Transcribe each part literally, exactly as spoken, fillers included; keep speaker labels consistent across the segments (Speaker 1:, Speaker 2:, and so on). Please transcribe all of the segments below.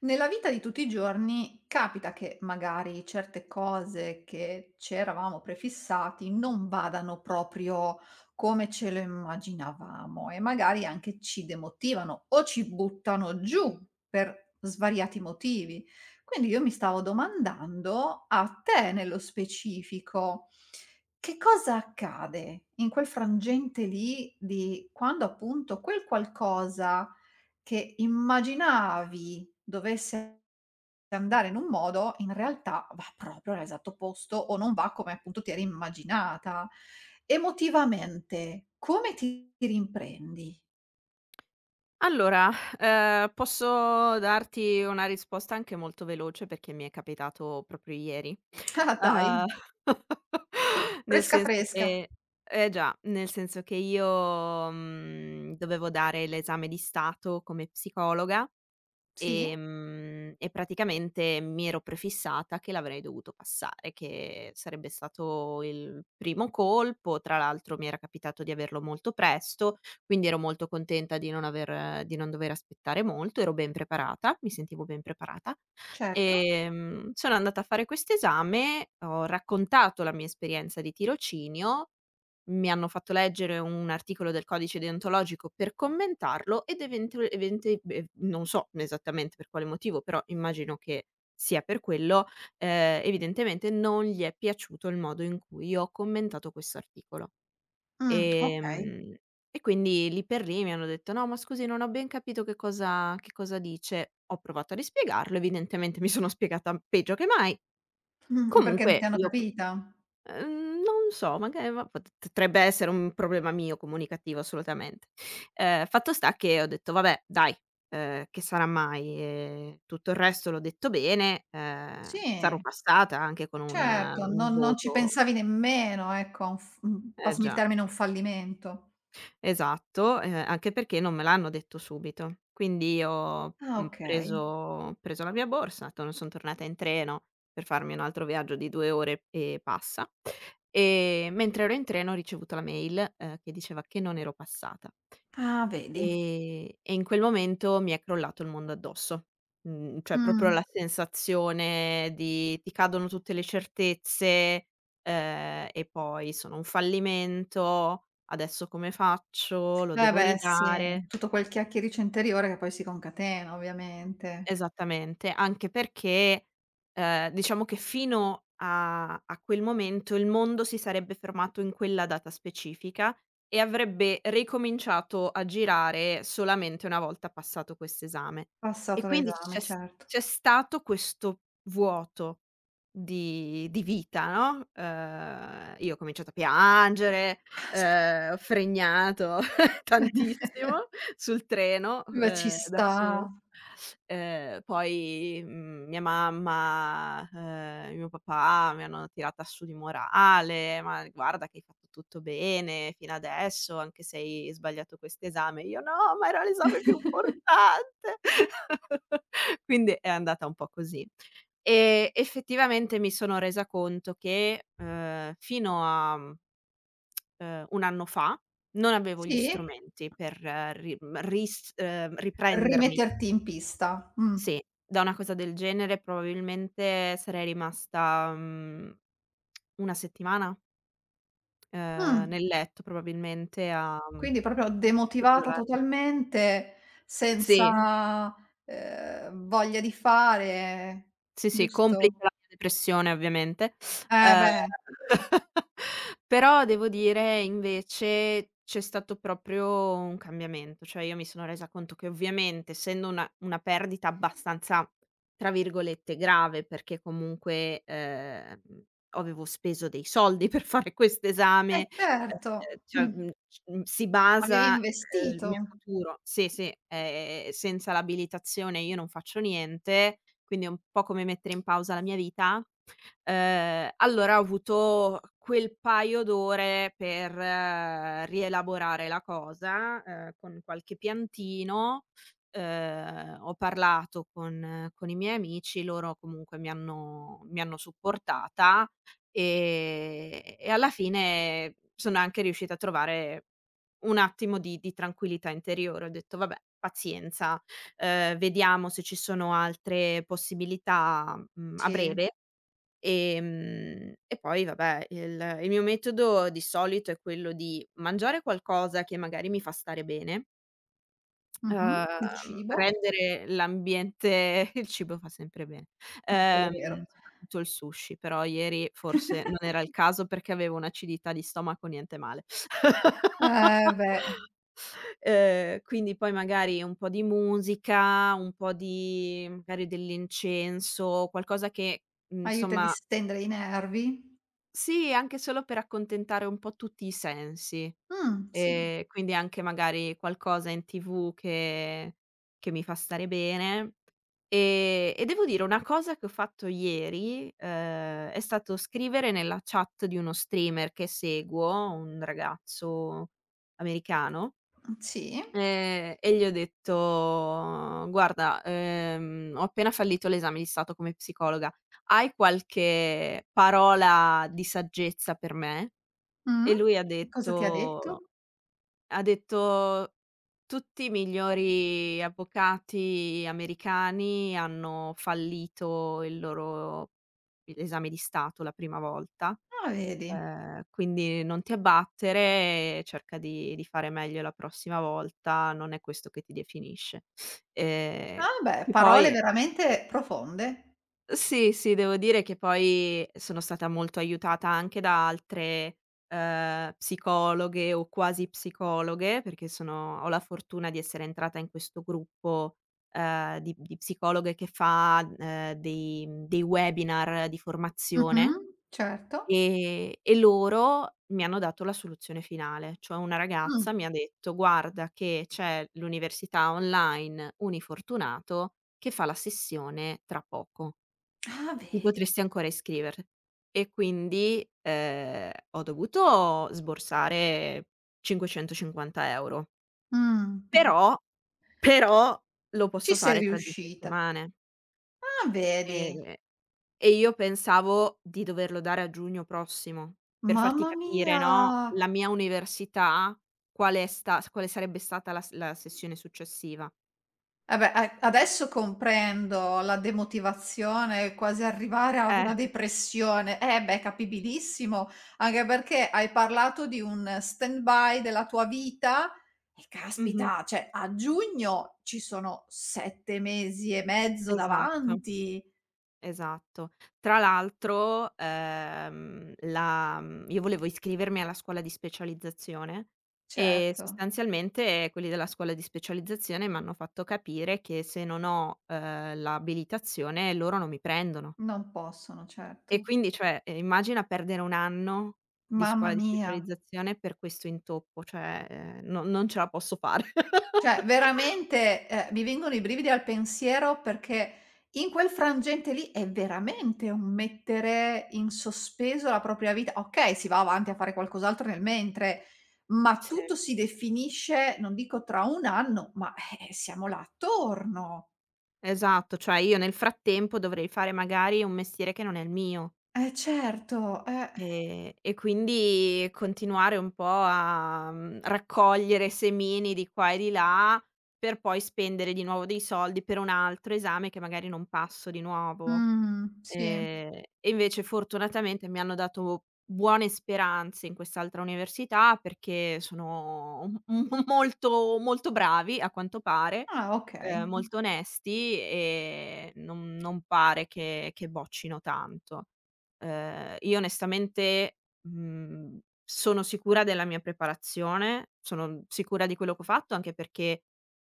Speaker 1: Nella vita di tutti i giorni capita che magari certe cose che ci eravamo prefissati non vadano proprio come ce lo immaginavamo e magari anche ci demotivano o ci buttano giù per svariati motivi. Quindi io mi stavo domandando a te nello specifico, che cosa accade in quel frangente lì di quando appunto quel qualcosa che immaginavi dovesse andare in un modo, in realtà va proprio all'esatto opposto o non va come appunto ti eri immaginata. Emotivamente, come ti rimprendi?
Speaker 2: Allora, ehm, posso darti una risposta anche molto veloce perché mi è capitato proprio ieri.
Speaker 1: Ah dai,
Speaker 2: Uhm, nel
Speaker 1: fresca,
Speaker 2: senso
Speaker 1: fresca.
Speaker 2: che eh già, nel senso che io, mhmm, dovevo dare l'esame di stato come psicologa.
Speaker 1: Sì,
Speaker 2: Ehm, e praticamente mi ero prefissata che l'avrei dovuto passare, che sarebbe stato il primo colpo, tra l'altro mi era capitato di averlo molto presto, quindi ero molto contenta di non aver di non dover aspettare molto, ero ben preparata, mi sentivo ben preparata.
Speaker 1: certo.
Speaker 2: Ehm, sono andata a fare questo esame, ho raccontato la mia esperienza di tirocinio. Mi hanno fatto leggere un articolo del codice deontologico per commentarlo ed eventu evente ehm, non so esattamente per quale motivo, però immagino che sia per quello. Ehm, evidentemente non gli è piaciuto il modo in cui io ho commentato questo articolo.
Speaker 1: Mh, okay.
Speaker 2: Ehm, e quindi lì per lì mi hanno detto: "No, ma scusi non ho ben capito che cosa che cosa dice." Ho provato a rispiegarlo, evidentemente mi sono spiegata peggio che mai.
Speaker 1: Mh, perché non ti
Speaker 2: Comunque
Speaker 1: hanno
Speaker 2: io,
Speaker 1: capita?
Speaker 2: Ehm, non so, maga ma pot potrebbe essere un problema mio comunicativo assolutamente. Ehm, fatto sta che ho detto: "Vabbè dai, ehm, che sarà mai, ehm, tutto il resto l'ho detto bene, ehm, sarò
Speaker 1: Sì,
Speaker 2: passata anche con un
Speaker 1: certo,
Speaker 2: un
Speaker 1: non non ci
Speaker 2: voto."
Speaker 1: pensavi nemmeno, ecco, a un f mhmm,
Speaker 2: Eh
Speaker 1: passami il
Speaker 2: già.
Speaker 1: termine, a un fallimento.
Speaker 2: Esatto, ehm, anche perché non me l'hanno detto subito. Quindi io ho
Speaker 1: Ah
Speaker 2: mm,
Speaker 1: okay.
Speaker 2: preso ho preso la mia borsa, torn son tornata in treno per farmi un altro viaggio di due ore e passa, e mentre ero in treno ho ricevuto la mail, ehm, che diceva che non ero passata.
Speaker 1: Ah vedi.
Speaker 2: Ehm, e in quel momento mi è crollato il mondo addosso. Mhmm, cioè proprio
Speaker 1: Mh.
Speaker 2: la sensazione di ti cadono tutte le certezze, ehm, e poi sono un fallimento, adesso come faccio, lo
Speaker 1: Eh
Speaker 2: devo
Speaker 1: beh
Speaker 2: ridare.
Speaker 1: sì, tutto quel chiacchiericcio interiore che poi si concatena ovviamente.
Speaker 2: Esattamente, anche perché, ehm, diciamo che fino a a quel momento il mondo si sarebbe fermato in quella data specifica e avrebbe ricominciato a girare solamente una volta passato quest'esame. E
Speaker 1: Passato
Speaker 2: quindi
Speaker 1: l'esame,
Speaker 2: c'è s
Speaker 1: certo.
Speaker 2: c'è stato questo vuoto di di vita, no. Ehm, io ho cominciato a piangere,
Speaker 1: Caspi
Speaker 2: ehm, ho fregnato tantissimo sul treno,
Speaker 1: ma ci
Speaker 2: ehm, da
Speaker 1: sta.
Speaker 2: sol Ehm, poi, mhmm, mia mamma, ehm, mio papà mi hanno tirata su di morale: "Ma guarda che hai fatto tutto bene fino adesso, anche se hai sbagliato quest'esame." Io: "No, ma era l'esame più importante." Quindi è andata un po' così. E effettivamente mi sono resa conto che, ehm, fino a, ehm, un anno fa non avevo gli
Speaker 1: Sì?
Speaker 2: strumenti per eh, ri mhmm, ris ehm, riprendermi.
Speaker 1: Rimetterti in pista. Mh.
Speaker 2: Sì, da una cosa del genere probabilmente sarei rimasta, mhmm, una settimana, ehm,
Speaker 1: Mh.
Speaker 2: nel letto probabilmente a, mhmm,
Speaker 1: Quindi proprio demotivata
Speaker 2: crogiolarmi.
Speaker 1: totalmente,
Speaker 2: Sì.
Speaker 1: senza, ehm, voglia di fare,
Speaker 2: Sì, sì, complice
Speaker 1: giusto?
Speaker 2: la mia depressione ovviamente.
Speaker 1: Eh
Speaker 2: Ehm,
Speaker 1: beh,
Speaker 2: però devo dire invece c'è stato proprio un cambiamento, cioè io mi sono resa conto che ovviamente essendo una una perdita abbastanza, tra virgolette, "grave" perché comunque, ehm, avevo speso dei soldi per fare questo
Speaker 1: eh
Speaker 2: esame.
Speaker 1: certo.
Speaker 2: Ehm, cioè,
Speaker 1: Mh.
Speaker 2: mhmm, c mhmm, si
Speaker 1: Avevi
Speaker 2: basa, ehm, il
Speaker 1: investito.
Speaker 2: mio futuro. Sì, sì, ehm, senza l'abilitazione io non faccio niente, quindi è un po' come mettere in pausa la mia vita. Ehm, allora ho avuto quel paio d'ore per eh, rielaborare la cosa, ehm, con qualche piantino, ehm, ho parlato con con i miei amici, loro comunque mi hanno mi hanno supportata. Ehm, e alla fine sono anche riuscita a trovare un attimo di di tranquillità interiore. Ho detto: "Vabbè, pazienza, ehm, vediamo se ci sono altre possibilità, mhmm, a
Speaker 1: Sì.
Speaker 2: breve." Ehm, e poi vabbè, il il mio metodo di solito è quello di mangiare qualcosa che magari mi fa stare bene.
Speaker 1: Mh-mh. Il
Speaker 2: Uhm,
Speaker 1: cibo,
Speaker 2: rendere l'ambiente il cibo fa sempre bene.
Speaker 1: eh quello è
Speaker 2: Ehm,
Speaker 1: vero.
Speaker 2: Soprattutto il sushi, però ieri forse non era il caso perché avevo un'acidità di stomaco niente male.
Speaker 1: Eh beh,
Speaker 2: Ehm, quindi poi magari un po' di musica, un po' di magari dell'incenso, qualcosa che, mhmm,
Speaker 1: aiuta a
Speaker 2: insomma
Speaker 1: distendere i nervi.
Speaker 2: sì, anche solo per accontentare un po' tutti i sensi.
Speaker 1: Mh, sì,
Speaker 2: Ehm, quindi anche magari qualcosa in T V che che mi fa stare bene. Ehm, e devo dire una cosa che ho fatto ieri, ehm, è stato scrivere nella chat di uno streamer che seguo, un ragazzo americano,
Speaker 1: mh, sì,
Speaker 2: ehm, e gli ho detto: "Guarda, ehm, ho appena fallito l'esame di stato come psicologa, hai qualche parola di saggezza per me?"
Speaker 1: mh.
Speaker 2: E lui ha
Speaker 1: Cosa ti ha detto?
Speaker 2: detto ha detto: "Tutti i migliori avvocati americani hanno fallito il loro esame di stato la prima volta,
Speaker 1: Ah, vedi.
Speaker 2: ehm, quindi non ti abbattere, cerca di di fare meglio la prossima volta, non è questo che ti definisce." Ehm,
Speaker 1: Ah beh,
Speaker 2: che
Speaker 1: parole
Speaker 2: poi
Speaker 1: veramente profonde.
Speaker 2: sì, sì, devo dire che poi sono stata molto aiutata anche da altre, ehm, psicologhe o quasi psicologhe, perché sono ho la fortuna di essere entrata in questo gruppo, ehm, di di psicologhe che fa, ehm, dei dei webinar di formazione,
Speaker 1: Mh-mh, certo.
Speaker 2: ehm, e loro mi hanno dato la soluzione finale. Cioè una
Speaker 1: Mh.
Speaker 2: ragazza mi ha detto: "Guarda che c'è l'università online Unifortunato che fa la sessione tra poco."
Speaker 1: Ah,
Speaker 2: Ti
Speaker 1: vedi.
Speaker 2: potresti ancora iscrivere. E quindi, ehm, ho dovuto sborsare cinquecentocinquanta euro €.
Speaker 1: Mh.
Speaker 2: Però, però lo
Speaker 1: Ci
Speaker 2: posso
Speaker 1: sei
Speaker 2: fare tra due
Speaker 1: riuscita.
Speaker 2: settimane.
Speaker 1: Ah, vedi.
Speaker 2: Ehm, e io pensavo di doverlo dare a giugno prossimo, per farti
Speaker 1: Mamma
Speaker 2: capire,
Speaker 1: mia!
Speaker 2: no, la mia università quale è sta quale sarebbe stata la s la sessione successiva.
Speaker 1: Vabbè, a adesso comprendo la demotivazione, quasi arrivare ad
Speaker 2: Eh.
Speaker 1: una depressione. Eh beh, capibilissimo, anche perché hai parlato di un stand-by della tua vita e
Speaker 2: Mh-mh.
Speaker 1: caspita, cioè a giugno ci sono sette mesi e mezzo
Speaker 2: Esatto.
Speaker 1: davanti.
Speaker 2: Esatto. Tra l'altro, ehm, la mhmm, io volevo iscrivermi alla scuola di specializzazione e
Speaker 1: Certo,
Speaker 2: sostanzialmente quelli della scuola di specializzazione m'hanno fatto capire che se non ho, ehm, l'abilitazione loro non mi prendono.
Speaker 1: non possono,
Speaker 2: E
Speaker 1: certo.
Speaker 2: quindi cioè, ehm, immagina perdere un anno di
Speaker 1: Mamma
Speaker 2: scuola di
Speaker 1: mia.
Speaker 2: specializzazione per questo intoppo, cioè, ehm, no non ce la posso fare.
Speaker 1: Cioè veramente, ehm, mi vengono i brividi al pensiero perché in quel frangente lì è veramente un mettere in sospeso la propria vita. Okay, si va avanti a fare qualcos'altro nel mentre, ma
Speaker 2: Sì.
Speaker 1: tutto si definisce, non dico tra un anno, ma, eh, siamo là attorno.
Speaker 2: Esatto, cioè io nel frattempo dovrei fare magari un mestiere che non è il mio.
Speaker 1: Eh certo, eh.
Speaker 2: Ehm, e quindi continuare un po' a, mhmm, raccogliere semini di qua e di là, per poi spendere di nuovo dei soldi per un altro esame che magari non passo di nuovo.
Speaker 1: Mh, sì.
Speaker 2: Ehm, e invece fortunatamente mi hanno dato buone speranze in quest'altra università, perché sono m m molto molto bravi a quanto pare,
Speaker 1: Ah
Speaker 2: ehm,
Speaker 1: okay.
Speaker 2: molto onesti e non non pare che che boccino tanto. Ehm, io onestamente, mhmm, sono sicura della mia preparazione, sono sicura di quello che ho fatto, anche perché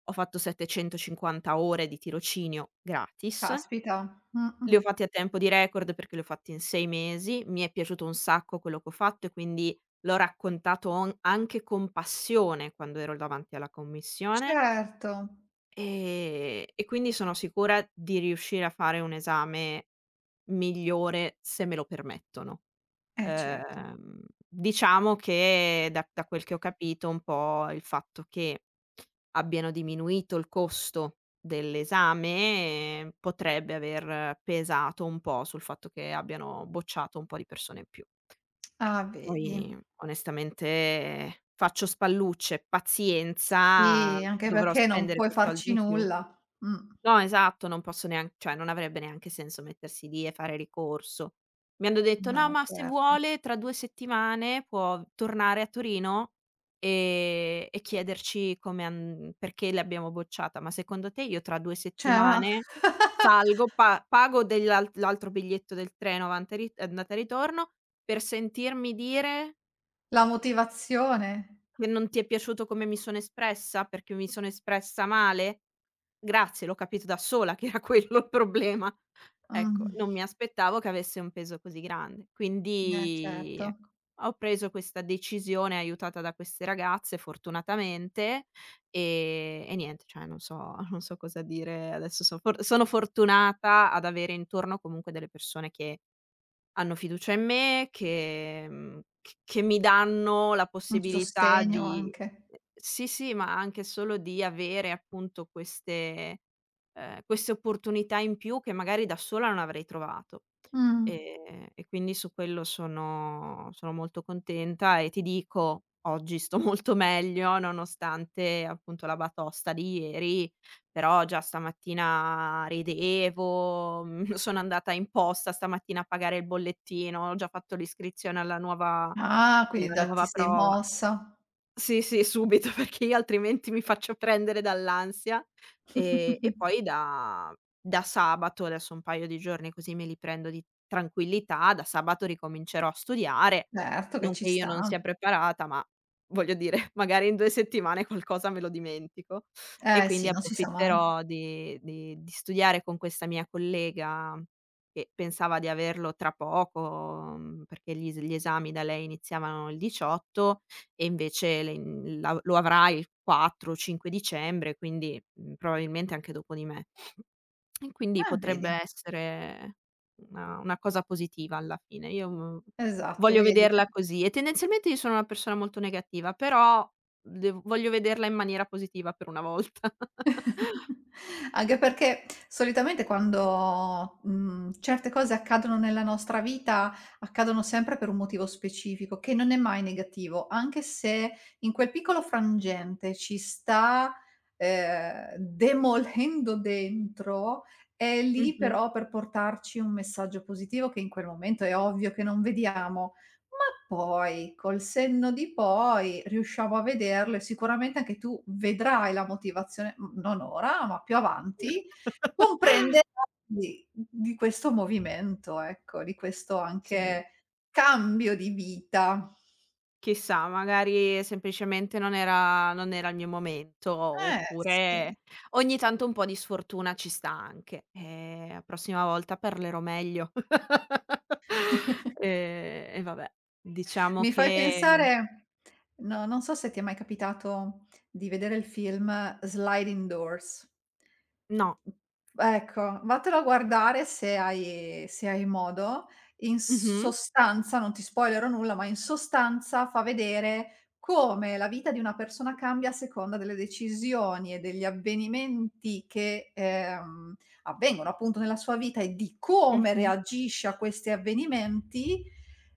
Speaker 2: ho fatto settecentocinquanta ore di tirocinio gratis.
Speaker 1: Caspita. Mh-mh.
Speaker 2: Li ho fatti a tempo di record perché li ho fatti in sei mesi, mi è piaciuto un sacco quello che ho fatto e quindi l'ho raccontato on anche con passione quando ero davanti alla commissione,
Speaker 1: Certo.
Speaker 2: ehm, e quindi sono sicura di riuscire a fare un esame migliore se me lo permettono.
Speaker 1: Eh certo.
Speaker 2: Ehm, diciamo che da da quel che ho capito un po' il fatto che abbiano diminuito il costo dell'esame, eh, potrebbe aver pesato un po' sul fatto che abbiano bocciato un po' di persone in più.
Speaker 1: Ah vedi.
Speaker 2: Poi onestamente faccio spallucce, pazienza,
Speaker 1: Sì, anche
Speaker 2: dovrò
Speaker 1: perché non
Speaker 2: spendere
Speaker 1: puoi
Speaker 2: quei soldi
Speaker 1: farci
Speaker 2: in più.
Speaker 1: nulla. Mh.
Speaker 2: No, esatto, non posso nean cioè non avrebbe neanche senso mettersi lì e fare ricorso. Mi hanno detto: "No,
Speaker 1: No,
Speaker 2: ma se
Speaker 1: certo.
Speaker 2: vuole tra due settimane può tornare a Torino e e chiederci come han perché l'abbiamo bocciata." Ma secondo te io tra due
Speaker 1: Cioè, ma
Speaker 2: settimane salgo, pa pago dell'al l'altro biglietto del treno avanti e ri andata e ritorno per sentirmi dire
Speaker 1: la motivazione.
Speaker 2: che non ti è piaciuto come mi sono espressa? Perché mi sono espressa male? Grazie, l'ho capito da sola che era quello il problema. Ecco,
Speaker 1: Mh.
Speaker 2: non mi aspettavo che avesse un peso così grande.
Speaker 1: Eh,
Speaker 2: Quindi
Speaker 1: certo.
Speaker 2: ecco, ho preso questa decisione aiutata da queste ragazze fortunatamente, ehm, e niente, cioè non so non so cosa dire adesso so for sono fortunata ad avere intorno comunque delle persone che hanno fiducia in me che mhmm, c che mi danno la
Speaker 1: Un
Speaker 2: possibilità
Speaker 1: sostegno
Speaker 2: di
Speaker 1: anche.
Speaker 2: ehm, sì, sì, ma anche solo di avere appunto queste ehm, queste opportunità in più che magari da sola non avrei trovato.
Speaker 1: Mh.
Speaker 2: Ehm, e quindi su quello sono sono molto contenta e ti dico, oggi sto molto meglio nonostante appunto la batosta di ieri, però già stamattina ridevo, mhmm, sono andata in posta stamattina a pagare il bollettino, ho già fatto l'iscrizione alla nuova
Speaker 1: Ah, quindi
Speaker 2: alla
Speaker 1: da ti
Speaker 2: nuova
Speaker 1: sei
Speaker 2: prova.
Speaker 1: mossa.
Speaker 2: Sì, sì, subito, perché io altrimenti mi faccio prendere dall'ansia. Ehm, e poi da da sabato, adesso un paio di giorni così me li prendo di tranquillità, da sabato ricomincerò a studiare.
Speaker 1: Certo che
Speaker 2: Non
Speaker 1: ci
Speaker 2: che io non
Speaker 1: sta.
Speaker 2: sia preparata, ma voglio dire, magari in due settimane qualcosa me lo dimentico e
Speaker 1: Eh
Speaker 2: quindi
Speaker 1: sì, non si sa mai.
Speaker 2: approfitterò di di di studiare con questa mia collega che pensava di averlo tra poco, mhmm, perché gli es gli esami da lei iniziavano il diciotto e invece le in la lo avrai il quattro o cinque dicembre, quindi, mhmm, probabilmente anche dopo di me. E quindi
Speaker 1: Eh,
Speaker 2: potrebbe
Speaker 1: vedi.
Speaker 2: essere una una cosa positiva alla fine. Io, mhmm,
Speaker 1: Esatto,
Speaker 2: voglio
Speaker 1: vedi.
Speaker 2: vederla così e tendenzialmente io sono una persona molto negativa, però dev voglio vederla in maniera positiva per una volta.
Speaker 1: Anche perché solitamente quando, mhmm, certe cose accadono nella nostra vita, accadono sempre per un motivo specifico, che non è mai negativo, anche se in quel piccolo frangente ci sta, ehm, demolendo dentro, è lì
Speaker 2: Mh-mh.
Speaker 1: però per portarci un messaggio positivo che in quel momento è ovvio che non vediamo. Ma poi, col senno di poi, riusciamo a vederlo e sicuramente anche tu vedrai la motivazione, mhmm, non ora, ma più avanti, comprenderai di di questo movimento, ecco, di questo
Speaker 2: Sì.
Speaker 1: anche cambio di vita.
Speaker 2: Chissà, magari semplicemente non era non era il mio momento,
Speaker 1: Eh, sì.
Speaker 2: oppure ogni tanto un po' di sfortuna ci sta anche. Ehm, la prossima volta parlerò meglio. Ehm, e vabbè, diciamo
Speaker 1: Mi fai
Speaker 2: che
Speaker 1: pensare no, non so se ti è mai capitato di vedere il film Sliding Doors.
Speaker 2: no.
Speaker 1: Ecco, vattelo a guardare se hai se hai modo. In
Speaker 2: Mh-mh,
Speaker 1: sostanza, non ti spoilerò nulla, ma in sostanza fa vedere come la vita di una persona cambia a seconda delle decisioni e degli avvenimenti che, ehm, avvengono appunto nella sua vita e di come
Speaker 2: mh-mh.
Speaker 1: reagisce a questi avvenimenti,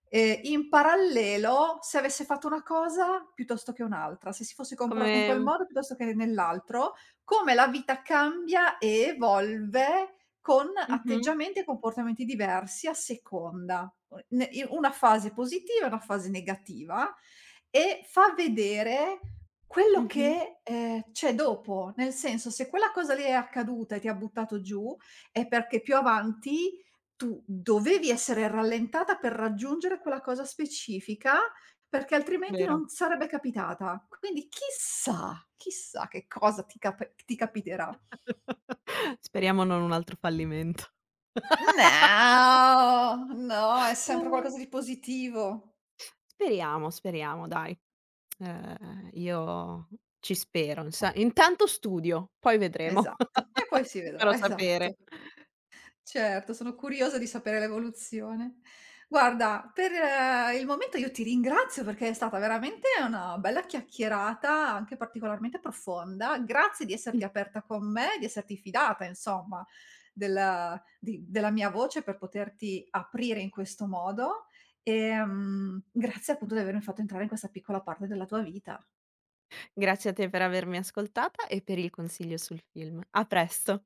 Speaker 1: ehm, in parallelo se avesse fatto una cosa piuttosto che un'altra, se si fosse
Speaker 2: Come
Speaker 1: comportata in quel
Speaker 2: un
Speaker 1: modo piuttosto che nell'altro come la vita cambia e evolve con
Speaker 2: mh-mh,
Speaker 1: atteggiamenti e comportamenti diversi a seconda. U ne i una fase positiva e una fase negativa e fa vedere quello
Speaker 2: mh-mh,
Speaker 1: che, ehm, c'è dopo. Nel senso, se quella cosa lì è accaduta e ti ha buttato giù, è perché più avanti tu dovevi essere rallentata per raggiungere quella cosa specifica perché altrimenti
Speaker 2: vero.
Speaker 1: non sarebbe capitata. Quindi chissà, chissà che cosa ti cap ti capiterà.
Speaker 2: Speriamo non un altro fallimento.
Speaker 1: No, no, è sempre qualcosa di positivo.
Speaker 2: Speriamo, speriamo dai. Ehm, io ci spero. Insa Intanto studio, poi vedremo.
Speaker 1: Esatto. E poi si
Speaker 2: Ti
Speaker 1: vedrà,
Speaker 2: farò
Speaker 1: esatto.
Speaker 2: sapere.
Speaker 1: Certo, sono curiosa di sapere l'evoluzione. Guarda, per eh, il momento io ti ringrazio perché è stata veramente una bella chiacchierata, anche particolarmente profonda. Grazie di esserti aperta con me, di esserti fidata, insomma, della, di- della mia voce per poterti aprire in questo modo. E, mm, grazie appunto di avermi fatto entrare in questa piccola parte della tua vita.
Speaker 2: Grazie a te per avermi ascoltata e per il consiglio sul film. A presto.